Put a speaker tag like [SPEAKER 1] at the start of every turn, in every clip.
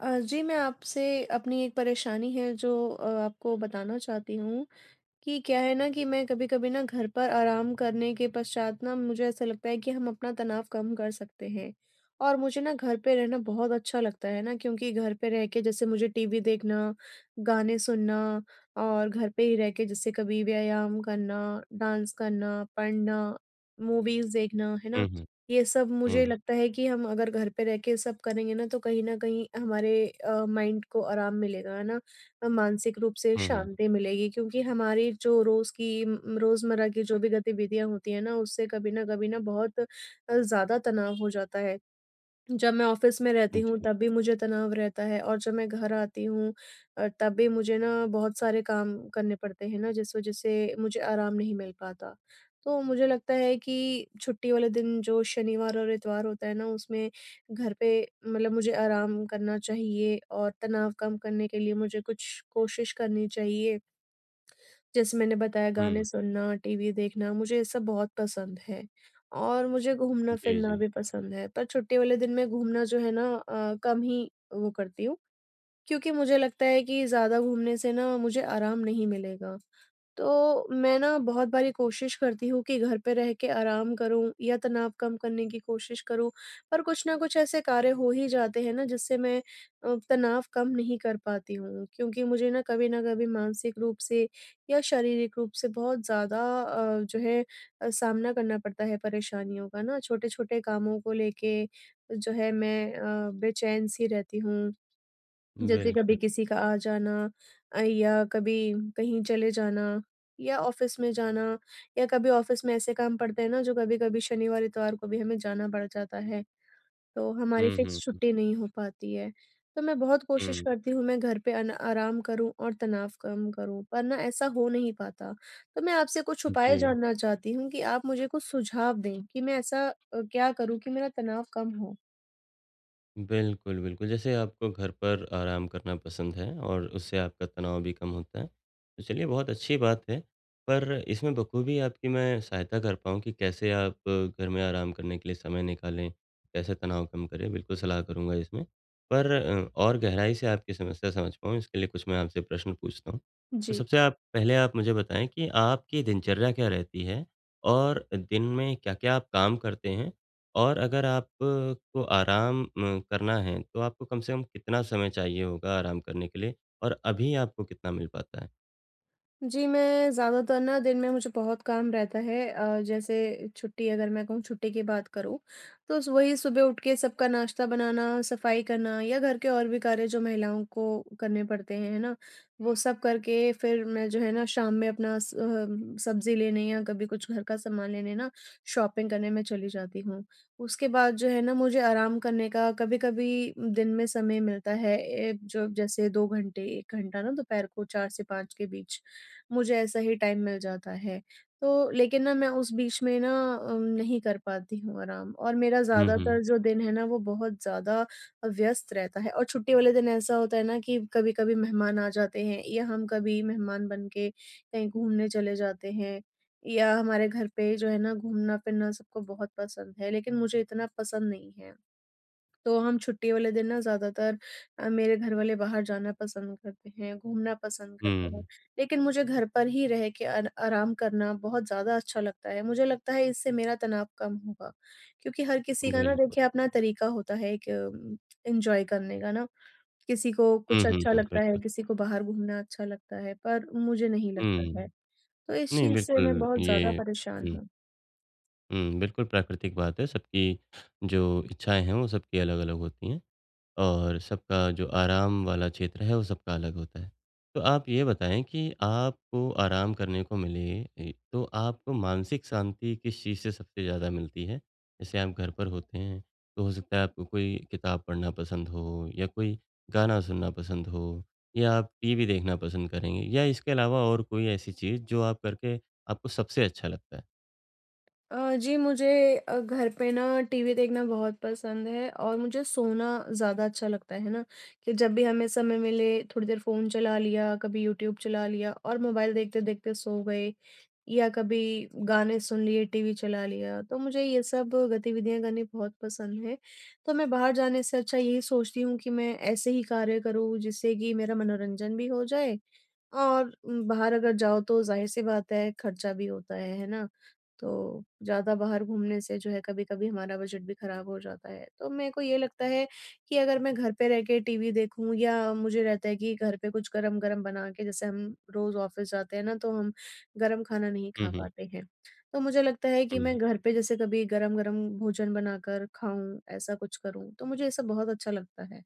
[SPEAKER 1] जी, मैं आपसे अपनी एक परेशानी है जो आपको बताना चाहती हूँ। कि क्या है ना, कि मैं कभी-कभी ना घर पर आराम करने के पश्चात ना मुझे ऐसा लगता है कि हम अपना तनाव कम कर सकते हैं। और मुझे ना घर पे रहना बहुत अच्छा लगता है ना, क्योंकि घर पे रह के जैसे मुझे टीवी देखना, गाने सुनना और घर पे ही रह के जैसे कभी व्यायाम करना, डांस करना, पढ़ना, मूवीज़ देखना, है ना?
[SPEAKER 2] हुँ, हुँ।
[SPEAKER 1] ये सब मुझे
[SPEAKER 2] हुँ,
[SPEAKER 1] लगता है कि हम अगर घर पे रह के सब करेंगे ना, तो कहीं न कहीं हमारे माइंड को आराम मिलेगा, है ना? मानसिक रूप से
[SPEAKER 2] हुँ, हुँ।
[SPEAKER 1] शांति मिलेगी, क्योंकि हमारी जो रोज़ की रोज़मर्रा की जो भी गतिविधियाँ होती हैं ना, उससे कभी न कभी ना बहुत ज़्यादा तनाव हो जाता है। जब मैं ऑफ़िस में रहती हूँ
[SPEAKER 2] जी।
[SPEAKER 1] तब भी मुझे तनाव रहता है, और जब मैं घर आती हूँ तब भी मुझे ना बहुत सारे काम करने पड़ते हैं ना, जिस वज़ह से मुझे आराम नहीं मिल पाता। तो मुझे लगता है कि छुट्टी वाले दिन जो शनिवार और इतवार होता है ना, उसमें घर पे मतलब मुझे आराम करना चाहिए और तनाव कम करने के लिए मुझे कुछ कोशिश करनी चाहिए। जैसे मैंने बताया, गाने
[SPEAKER 2] हुँ।
[SPEAKER 1] सुनना, टीवी देखना, मुझे ये सब बहुत पसंद है और मुझे
[SPEAKER 2] जी,
[SPEAKER 1] घूमना-फिरना
[SPEAKER 2] जी।
[SPEAKER 1] भी पसंद है। पर छुट्टी वाले दिन में घूमना जो है ना, कम ही वो करती हूँ, क्योंकि मुझे लगता है कि ज़्यादा घूमने से ना मुझे आराम नहीं मिलेगा। तो मैं ना बहुत बारी कोशिश करती हूँ कि घर पे रह के आराम करूँ या तनाव कम करने की कोशिश करूँ, पर कुछ ना कुछ ऐसे कार्य हो ही जाते हैं ना, जिससे मैं तनाव कम नहीं कर पाती हूँ। क्योंकि मुझे ना कभी मानसिक रूप से या शारीरिक रूप से बहुत ज़्यादा जो है सामना करना पड़ता है परेशानियों का ना, छोटे-छोटे कामों को लेके जो है, मैं बेचैन सी रहती हूँ। जैसे कभी
[SPEAKER 2] बिल्कुल।
[SPEAKER 1] किसी का आ जाना, या कभी कहीं चले जाना, या ऑफिस में जाना, या कभी ऑफिस में ऐसे काम पड़ते हैं ना, जो कभी-कभी शनिवार, इतवार को भी हमें जाना पड़ जाता है, तो हमारी
[SPEAKER 2] हुँ,
[SPEAKER 1] फिक्स
[SPEAKER 2] हुँ,
[SPEAKER 1] छुट्टी नहीं हो पाती है। तो मैं बहुत कोशिश
[SPEAKER 2] हुँ।
[SPEAKER 1] करती हूँ मैं घर पे अन आराम करूँ और तनाव कम करूँ, पर ना ऐसा हो नहीं पाता। तो मैं आपसे कुछ उपाय
[SPEAKER 2] जी।
[SPEAKER 1] जानना चाहती हूँ कि आप मुझे कुछ सुझाव दें कि मैं ऐसा क्या करूँ कि मेरा तनाव कम हो?
[SPEAKER 2] बिल्कुल, बिल्कुल। जैसे आपको घर पर आराम करना पसंद है और उससे आपका तनाव भी कम होता है। तो चलिए बहुत अच्छी बात है, पर इसमें बखूबी आपकी मैं सहायता कर पाऊँ कि कैसे आप घर में आराम करने के लिए समय निकालें, कैसे तनाव कम करें, बिल्कुल सलाह करूँगा इसमें। पर और गहराई से आपकी समस्या समझ पाऊँ इसके लिए कुछ मैं आपसे प्रश्न पूछता हूँ। तो
[SPEAKER 1] जी।
[SPEAKER 2] सबसे आप पहले आप मुझे बताएँ कि आपकी दिनचर्या क्या रहती है और दिन में क्या-क्या आप काम करते हैं? और अगर आप को आराम करना है, तो आपको कम से कम कितना समय चाहिए होगा आराम करने के लिए? और अभी आपको कितना मिल पाता है?
[SPEAKER 1] जी, मैं ज़्यादातर ना दिन में मुझे बहुत काम रहता है, जैसे छुट्टी अगर मैं कहूँ, छुट्टी की बात करूँ, तो स वही सुबह उठ के सबका नाश्ता बनाना, सफाई करना या घर के और भी कार्य जो महिलाओं को करने पड़ते हैं, है ना? वो सब करके फिर मैं जो है ना, शाम में अपना सब्ज़ी लेने या कभी कुछ घर का सामान लेने ना, शॉपिंग करने में चली जाती हूँ। उसके बाद जो है ना, मुझे आराम करने का कभी-कभी दिन में समय मिलता है, जो जैसे 2 घंटे, 1 घंटा ना, दोपहर को 4 से 5 के बीच। मुझे ऐसा ही टाइम मिल जाता है। तो लेकिन ना मैं उस बीच में ना नहीं कर पाती हूँ आराम, और मेरा
[SPEAKER 2] हुँ, हुँ।
[SPEAKER 1] ज़्यादातर जो दिन है ना, वो बहुत ज़्यादा व्यस्त रहता है। और छुट्टी वाले दिन ऐसा होता है ना, कि कभी-कभी मेहमान आ जाते हैं या हम कभी मेहमान बन के कहीं घूमने चले जाते हैं, या हमारे घर पे जो है ना, घूमना-फिरना सबको बहुत पसंद है, लेकिन मुझे इतना पसंद नहीं है। तो हम छुट्टी वाले दिन ना ज़्यादातर, मेरे घर वाले बाहर जाना पसंद करते हैं, घूमना पसंद करते हैं।
[SPEAKER 2] हुँ,
[SPEAKER 1] लेकिन मुझे घर पर ही रह के अर आराम करना बहुत ज़्यादा अच्छा लगता है। मुझे लगता है इससे मेरा तनाव कम होगा। क्योंकि हर किसी का ना,
[SPEAKER 2] बिल्कुल।
[SPEAKER 1] देखिए, अपना तरीका होता है एक, उम, एन्जॉय करने का ना। किसी को
[SPEAKER 2] हुँ,
[SPEAKER 1] कुछ
[SPEAKER 2] हुँ,
[SPEAKER 1] अच्छा
[SPEAKER 2] हुँ,
[SPEAKER 1] लगता है,
[SPEAKER 2] बिल्कुल।
[SPEAKER 1] किसी को बाहर घूमना अच्छा लगता है, पर मुझे नहीं लगता है।
[SPEAKER 2] हुँ।
[SPEAKER 1] तो इस
[SPEAKER 2] नहीं,
[SPEAKER 1] चीज़ से मैं
[SPEAKER 2] बिल्कुल
[SPEAKER 1] बहुत
[SPEAKER 2] ये
[SPEAKER 1] ज़्यादा परेशान
[SPEAKER 2] हुँ,
[SPEAKER 1] हूँ।
[SPEAKER 2] हुँ, बिल्कुल प्राकृतिक बात है। सबकी जो इच्छाएँ हैं, वो सबकी अलग-अलग होती हैं। और सबका जो आराम वाला क्षेत्र है, वो सबका अलग होता है। तो आप ये बताएँ कि आपको आराम करने को मिले तो आपको मानसिक शांति किस चीज़ से सबसे ज़्यादा मिलती है? जैसे आप घर पर होते हैं, तो हो सकता है आपको कोई किताब पढ़ना पसंद हो या कोई गाना सुनना पसंद हो या आप टीवी देखना पसंद करेंगे या इसके अलावा और कोई ऐसी चीज़ जो आप करके आपको सबसे अच्छा लगता है?
[SPEAKER 1] जी, मुझे घर पे ना टीवी देखना बहुत पसंद है, और मुझे सोना ज़्यादा अच्छा लगता है ना, कि जब भी हमें समय मिले, थोड़ी देर फ़ोन चला लिया, कभी यूट्यूब चला लिया और मोबाइल देखते देखते सो गए, या कभी गाने सुन लिए, टीवी चला लिया। तो मुझे ये सब गतिविधियां करनी बहुत पसंद है। तो मैं बाहर जाने से अच्छा यही सोचती हूँ कि मैं ऐसे ही कार्य करूँ जिससे कि मेरा मनोरंजन भी हो जाए। और बाहर अगर जाओ तो ज़ाहिर-सी बात है, खर्चा भी होता है ना? तो ज़्यादा बाहर घूमने से जो है, कभी-कभी हमारा बजट भी खराब हो जाता है। तो मेरे को ये लगता है कि अगर मैं घर पे रह के टीवी देखूँ, या मुझे रहता है कि घर पे कुछ गरम-गरम बना के, जैसे हम रोज़ ऑफ़िस जाते हैं ना, तो हम गरम खाना नहीं
[SPEAKER 2] हुँ,
[SPEAKER 1] खा
[SPEAKER 2] हुँ।
[SPEAKER 1] पाते हैं। तो मुझे लगता है कि मैं
[SPEAKER 2] हुँ।
[SPEAKER 1] घर पे जैसे कभी गरम-गरम भोजन बनाकर खाऊँ, ऐसा कुछ करूँ, तो मुझे ये सब बहुत अच्छा लगता है।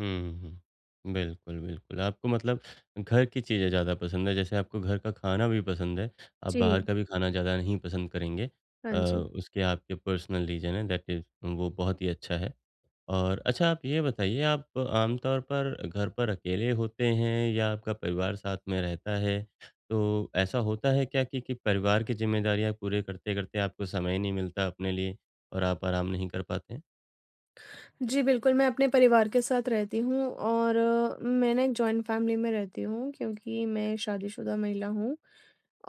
[SPEAKER 2] हुँ, हुँ। बिल्कुल, बिल्कुल। आपको मतलब घर की चीज़ें ज़्यादा पसंद है, जैसे आपको घर का खाना भी पसंद है, आप
[SPEAKER 1] जी।
[SPEAKER 2] बाहर का भी खाना ज़्यादा नहीं पसंद करेंगे।
[SPEAKER 1] हाँ
[SPEAKER 2] अ,
[SPEAKER 1] जी।
[SPEAKER 2] उसके आपके पर्सनल रीज़न है दैट इज़ वो बहुत ही अच्छा है। और अच्छा आप ये बताइए आप आमतौर पर घर पर अकेले होते हैं या आपका परिवार साथ में रहता है? तो ऐसा होता है क्या कि परिवार की ज़िम्मेदारियाँ पूरे करते-करते आपको समय नहीं मिलता अपने लिए और आप आराम नहीं कर पाते?
[SPEAKER 1] जी, बिल्कुल, मैं अपने परिवार के साथ रहती हूँ, और मैं ना एक जॉइंट फैमिली में रहती हूँ, क्योंकि मैं शादीशुदा महिला हूँ।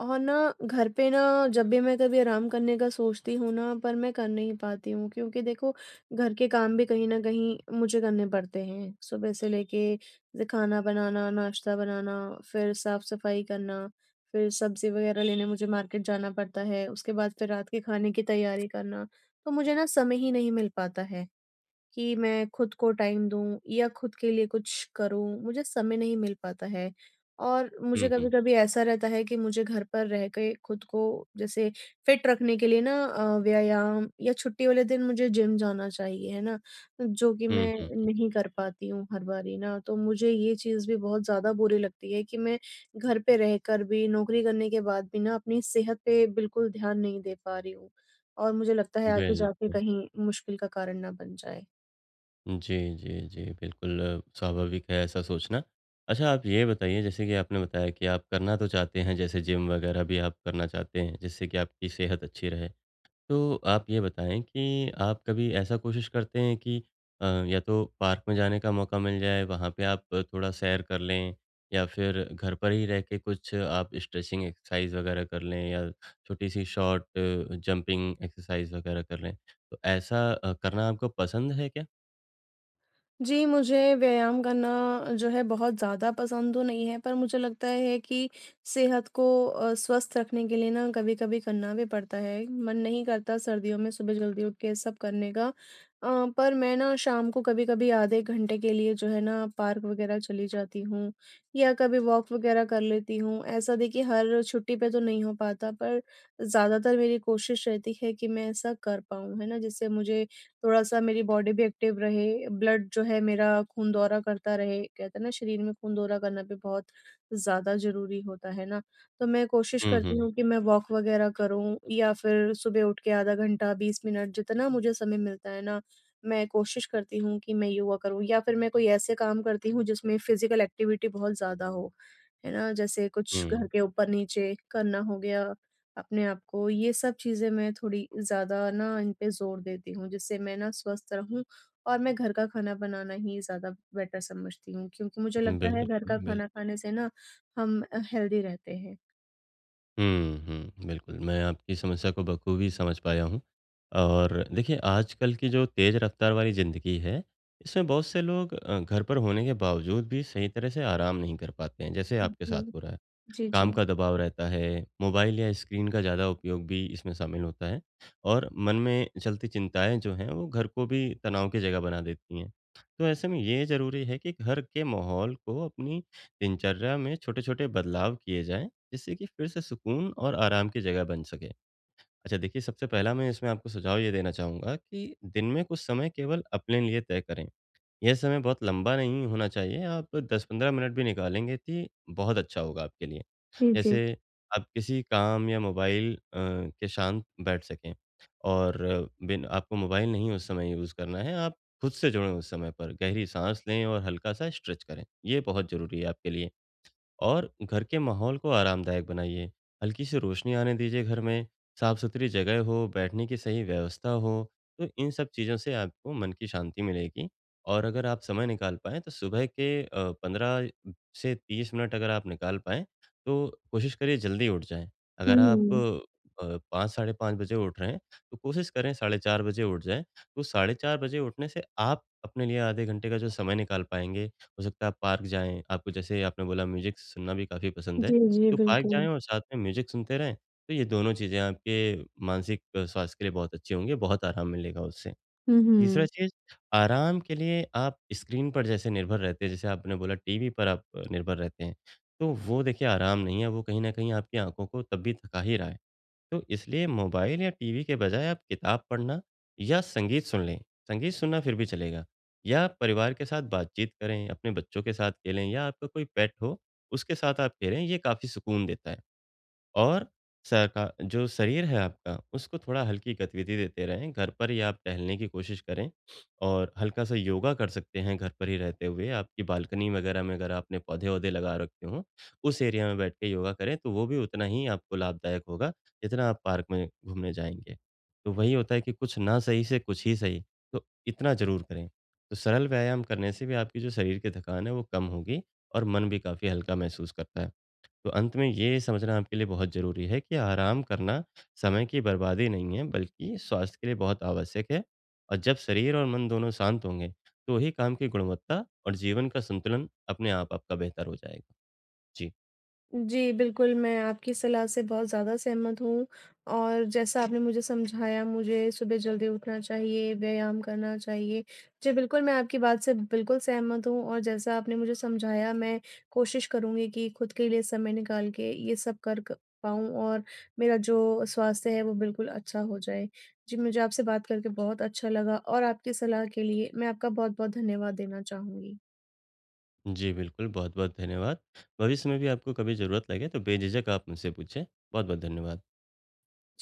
[SPEAKER 1] और ना घर पे ना जब भी मैं कभी आराम करने का सोचती हूँ ना, पर मैं कर नहीं पाती हूँ, क्योंकि देखो, घर के काम भी कहीं न कहीं मुझे करने पड़ते हैं। सुबह से लेके, जैसे खाना बनाना, नाश्ता बनाना, फिर साफ-सफाई करना, फिर सब्ज़ी वग़ैरह लेने मुझे मार्केट जाना पड़ता है, उसके बाद फिर रात के खाने की तैयारी करना, तो मुझे ना समय ही नहीं मिल पाता है। कि मैं खुद को टाइम दूँ या खुद के लिए कुछ करूँ, मुझे समय नहीं मिल पाता है। और मुझे
[SPEAKER 2] हुँ, हुँ।
[SPEAKER 1] कभी-कभी ऐसा रहता है कि मुझे घर पर रह के खुद को जैसे फिट रखने के लिए ना व्यायाम, या छुट्टी वाले दिन मुझे जिम जाना चाहिए, है ना? जो कि
[SPEAKER 2] हुँ,
[SPEAKER 1] मैं
[SPEAKER 2] हुँ।
[SPEAKER 1] नहीं कर पाती हूँ हर बारी ना, तो मुझे ये चीज़ भी बहुत ज़्यादा बुरी लगती है कि मैं घर पे रहकर भी, नौकरी करने के बाद भी ना, अपनी सेहत पे बिल्कुल ध्यान नहीं दे पा रही हूँ। और मुझे लगता है आगे जाके
[SPEAKER 2] बिल्कुल।
[SPEAKER 1] कहीं मुश्किल का कारण ना बन जाए।
[SPEAKER 2] जी, जी, जी। बिल्कुल, स्वाभाविक है ऐसा सोचना। अच्छा आप ये बताइए जैसे कि आपने बताया कि आप करना तो चाहते हैं जैसे जिम वगैरह भी आप करना चाहते हैं जिससे कि आपकी सेहत अच्छी रहे। तो आप ये बताएँ कि आप कभी ऐसा कोशिश करते हैं कि या तो पार्क में जाने का मौका मिल जाए वहाँ पे आप थोड़ा सैर कर लें या फिर घर पर ही रह के कुछ आप स्ट्रेचिंग एक्सरसाइज़ वगैरह कर लें या छोटी-सी शॉर्ट जंपिंग एक्सरसाइज़ वगैरह कर लें। तो ऐसा करना आपको पसंद है क्या?
[SPEAKER 1] जी, मुझे व्यायाम करना जो है, बहुत ज़्यादा पसंद तो नहीं है, पर मुझे लगता है कि सेहत को स्वस्थ रखने के लिए ना कभी-कभी करना भी पड़ता है। मन नहीं करता सर्दियों में सुबह जल्दी उठ के सब करने का। पर मैं ना शाम को कभी-कभी आधे घंटे के लिए जो है ना, पार्क वगैरह चली जाती हूँ, या कभी वॉक वगैरह कर लेती हूँ। ऐसा देखिए, हर छुट्टी पे तो नहीं हो पाता, पर ज़्यादातर मेरी कोशिश रहती है कि मैं ऐसा कर पाऊँ, है ना? जिससे मुझे थोड़ा-सा, मेरी बॉडी भी एक्टिव रहे, ब्लड जो है, मेरा खून दौरा करता रहे। कहते हैं ना, शरीर में खून दौरा करना भी बहुत ज़्यादा ज़रूरी होता है ना, तो मैं कोशिश
[SPEAKER 2] हुँ,
[SPEAKER 1] करती
[SPEAKER 2] हुँ।
[SPEAKER 1] हूँ कि मैं वॉक वगैरह करूँ, या फिर सुबह उठ के आधा घंटा, 20 मिनट जितना मुझे समय मिलता है ना, मैं कोशिश करती हूँ कि मैं योगा करूँ, या फिर मैं कोई ऐसे काम करती हूँ जिसमें फिज़िकल एक्टिविटी बहुत ज़्यादा हो, है ना? जैसे कुछ घर
[SPEAKER 2] हुँ,
[SPEAKER 1] के ऊपर-नीचे करना हो गया। अपने आप को, ये सब चीज़ें मैं थोड़ी ज़्यादा ना इन पे ज़ोर देती हूँ, जिससे मैं ना स्वस्थ रहूँ, और मैं घर का खाना बनाना ही ज़्यादा बेटर समझती हूँ, क्योंकि मुझे लगता है घर
[SPEAKER 2] बिल्कुल,
[SPEAKER 1] का खाना
[SPEAKER 2] बिल्कुल।
[SPEAKER 1] खाने से ना हम हेल्दी रहते हैं।
[SPEAKER 2] हुँ, हुँ, बिल्कुल, मैं आपकी समस्या को बखूबी समझ पाया हूँ। और देखिए आजकल की जो तेज़ रफ़्तार वाली ज़िंदगी है, इसमें बहुत से लोग घर पर होने के बावजूद भी सही तरह से आराम नहीं कर पाते हैं, जैसे आपके साथ
[SPEAKER 1] जी।
[SPEAKER 2] हो रहा है।
[SPEAKER 1] जी, जी।
[SPEAKER 2] काम का दबाव रहता है, मोबाइल या स्क्रीन का ज़्यादा उपयोग भी इसमें शामिल होता है और मन में चलती चिंताएँ जो हैं, वो घर को भी तनाव की जगह बना देती हैं। तो ऐसे में ये ज़रूरी है कि घर के माहौल को अपनी दिनचर्या में छोटे-छोटे बदलाव किए जाएँ, जिससे कि फिर से सुकून और आराम की जगह बन सके। अच्छा देखिए, सबसे पहला मैं इसमें आपको सुझाव ये देना चाहूँगा कि दिन में कुछ समय केवल अपने लिए तय करें। यह समय बहुत लंबा नहीं होना चाहिए, आप 10-15 मिनट भी निकालेंगे तो बहुत अच्छा होगा आपके लिए।
[SPEAKER 1] जी, जी।
[SPEAKER 2] जैसे आप किसी काम या मोबाइल के शांत बैठ सकें और बिन आपको मोबाइल नहीं उस समय यूज़ करना है, आप खुद से जुड़ें उस समय पर। गहरी साँस लें और हल्का-सा स्ट्रेच करें, ये बहुत ज़रूरी है आपके लिए। और घर के माहौल को आरामदायक बनाइए। हल्की सी रोशनी आने दीजिए घर में, साफ-सुथरी जगह हो, बैठने की सही व्यवस्था हो, तो इन सब चीज़ों से आपको मन की शांति मिलेगी। और अगर आप समय निकाल पाएँ तो सुबह के 15 से 30 मिनट अगर आप निकाल पाएँ, तो कोशिश करिए जल्दी उठ जाएँ।
[SPEAKER 1] हुँ,
[SPEAKER 2] अगर आप
[SPEAKER 1] हुँ।
[SPEAKER 2] 5 साढ़े 5 बजे उठ रहे हैं, तो कोशिश करें साढ़े 4 बजे उठ जाएँ। तो साढ़े 4 बजे उठने से आप अपने लिए आधे घंटे का जो समय निकाल पाएँगे हो सकता है आप पार्क जाएँ, आपको जैसे आपने बोला म्यूज़िक सुनना भी काफ़ी पसंद है,
[SPEAKER 1] जी, जी,
[SPEAKER 2] तो पार्क
[SPEAKER 1] बिल्कुल।
[SPEAKER 2] जाएँ और साथ में म्यूज़िक सुनते रहें, तो ये दोनों चीज़ें आपके मानसिक स्वास्थ्य के लिए बहुत अच्छी होंगी, बहुत आराम मिलेगा उससे।
[SPEAKER 1] हुँ,
[SPEAKER 2] तीसरा
[SPEAKER 1] हुँ।
[SPEAKER 2] चीज़, आराम के लिए आप स्क्रीन पर जैसे निर्भर रहते हैं, जैसे आपने बोला टीवी पर आप निर्भर रहते हैं, तो वो देखिए आराम नहीं है, वो कहीं न कहीं आपकी आँखों को तब भी थका ही रहा है। तो इसलिए मोबाइल या टीवी के बजाय आप किताब पढ़ना या संगीत सुन लें। संगीत सुनना फिर भी चलेगा या परिवार के साथ बातचीत करें, अपने बच्चों के साथ खेलें या आपका कोई पेट हो, उसके साथ आप खेलें, ये काफ़ी सुकून देता है। और सका जो शरीर है आपका, उसको थोड़ा हल्की गतिविधि देते रहें। घर पर ही आप टहलने की कोशिश करें और हल्का-सा योगा कर सकते हैं घर पर ही रहते हुए। आपकी बालकनी वगैरह में अगर आपने पौधे-वौधे लगा रखे हों, उस एरिया में बैठ के योगा करें, तो वो भी उतना ही आपको लाभदायक होगा, जितना आप पार्क में घूमने जाएँगे। तो वही होता है कि कुछ ना सही से कुछ ही सही, तो इतना ज़रूर करें। तो सरल व्यायाम करने से भी आपकी जो शरीर की थकान है, वो कम होगी और मन भी काफ़ी हल्का महसूस करता है। तो अंत में ये समझना आपके लिए बहुत ज़रूरी है कि आराम करना समय की बर्बादी नहीं है, बल्कि स्वास्थ्य के लिए बहुत आवश्यक है और जब शरीर और मन दोनों शांत होंगे, तो ही काम की गुणवत्ता और जीवन का संतुलन अपने आप आपका बेहतर हो जाएगा। जी।
[SPEAKER 1] जी, बिल्कुल, मैं आपकी सलाह से बहुत ज़्यादा सहमत हूँ, और जैसा आपने मुझे समझाया, मुझे सुबह जल्दी उठना चाहिए, व्यायाम करना चाहिए। जी, बिल्कुल, मैं आपकी बात से बिल्कुल सहमत हूँ, और जैसा आपने मुझे समझाया, मैं कोशिश करूँगी कि खुद के लिए समय निकाल के ये सब कर क पाऊँ, और मेरा जो स्वास्थ्य है, वो बिल्कुल अच्छा हो जाए। जी, मुझे आपसे बात करके बहुत अच्छा लगा, और आपकी सलाह के लिए मैं आपका बहुत-बहुत धन्यवाद देना चाहूँगी।
[SPEAKER 2] जी, बिल्कुल बहुत-बहुत धन्यवाद। भविष्य में भी आपको कभी ज़रूरत लगे तो बेझिझक आप मुझसे पूछें। बहुत-बहुत धन्यवाद।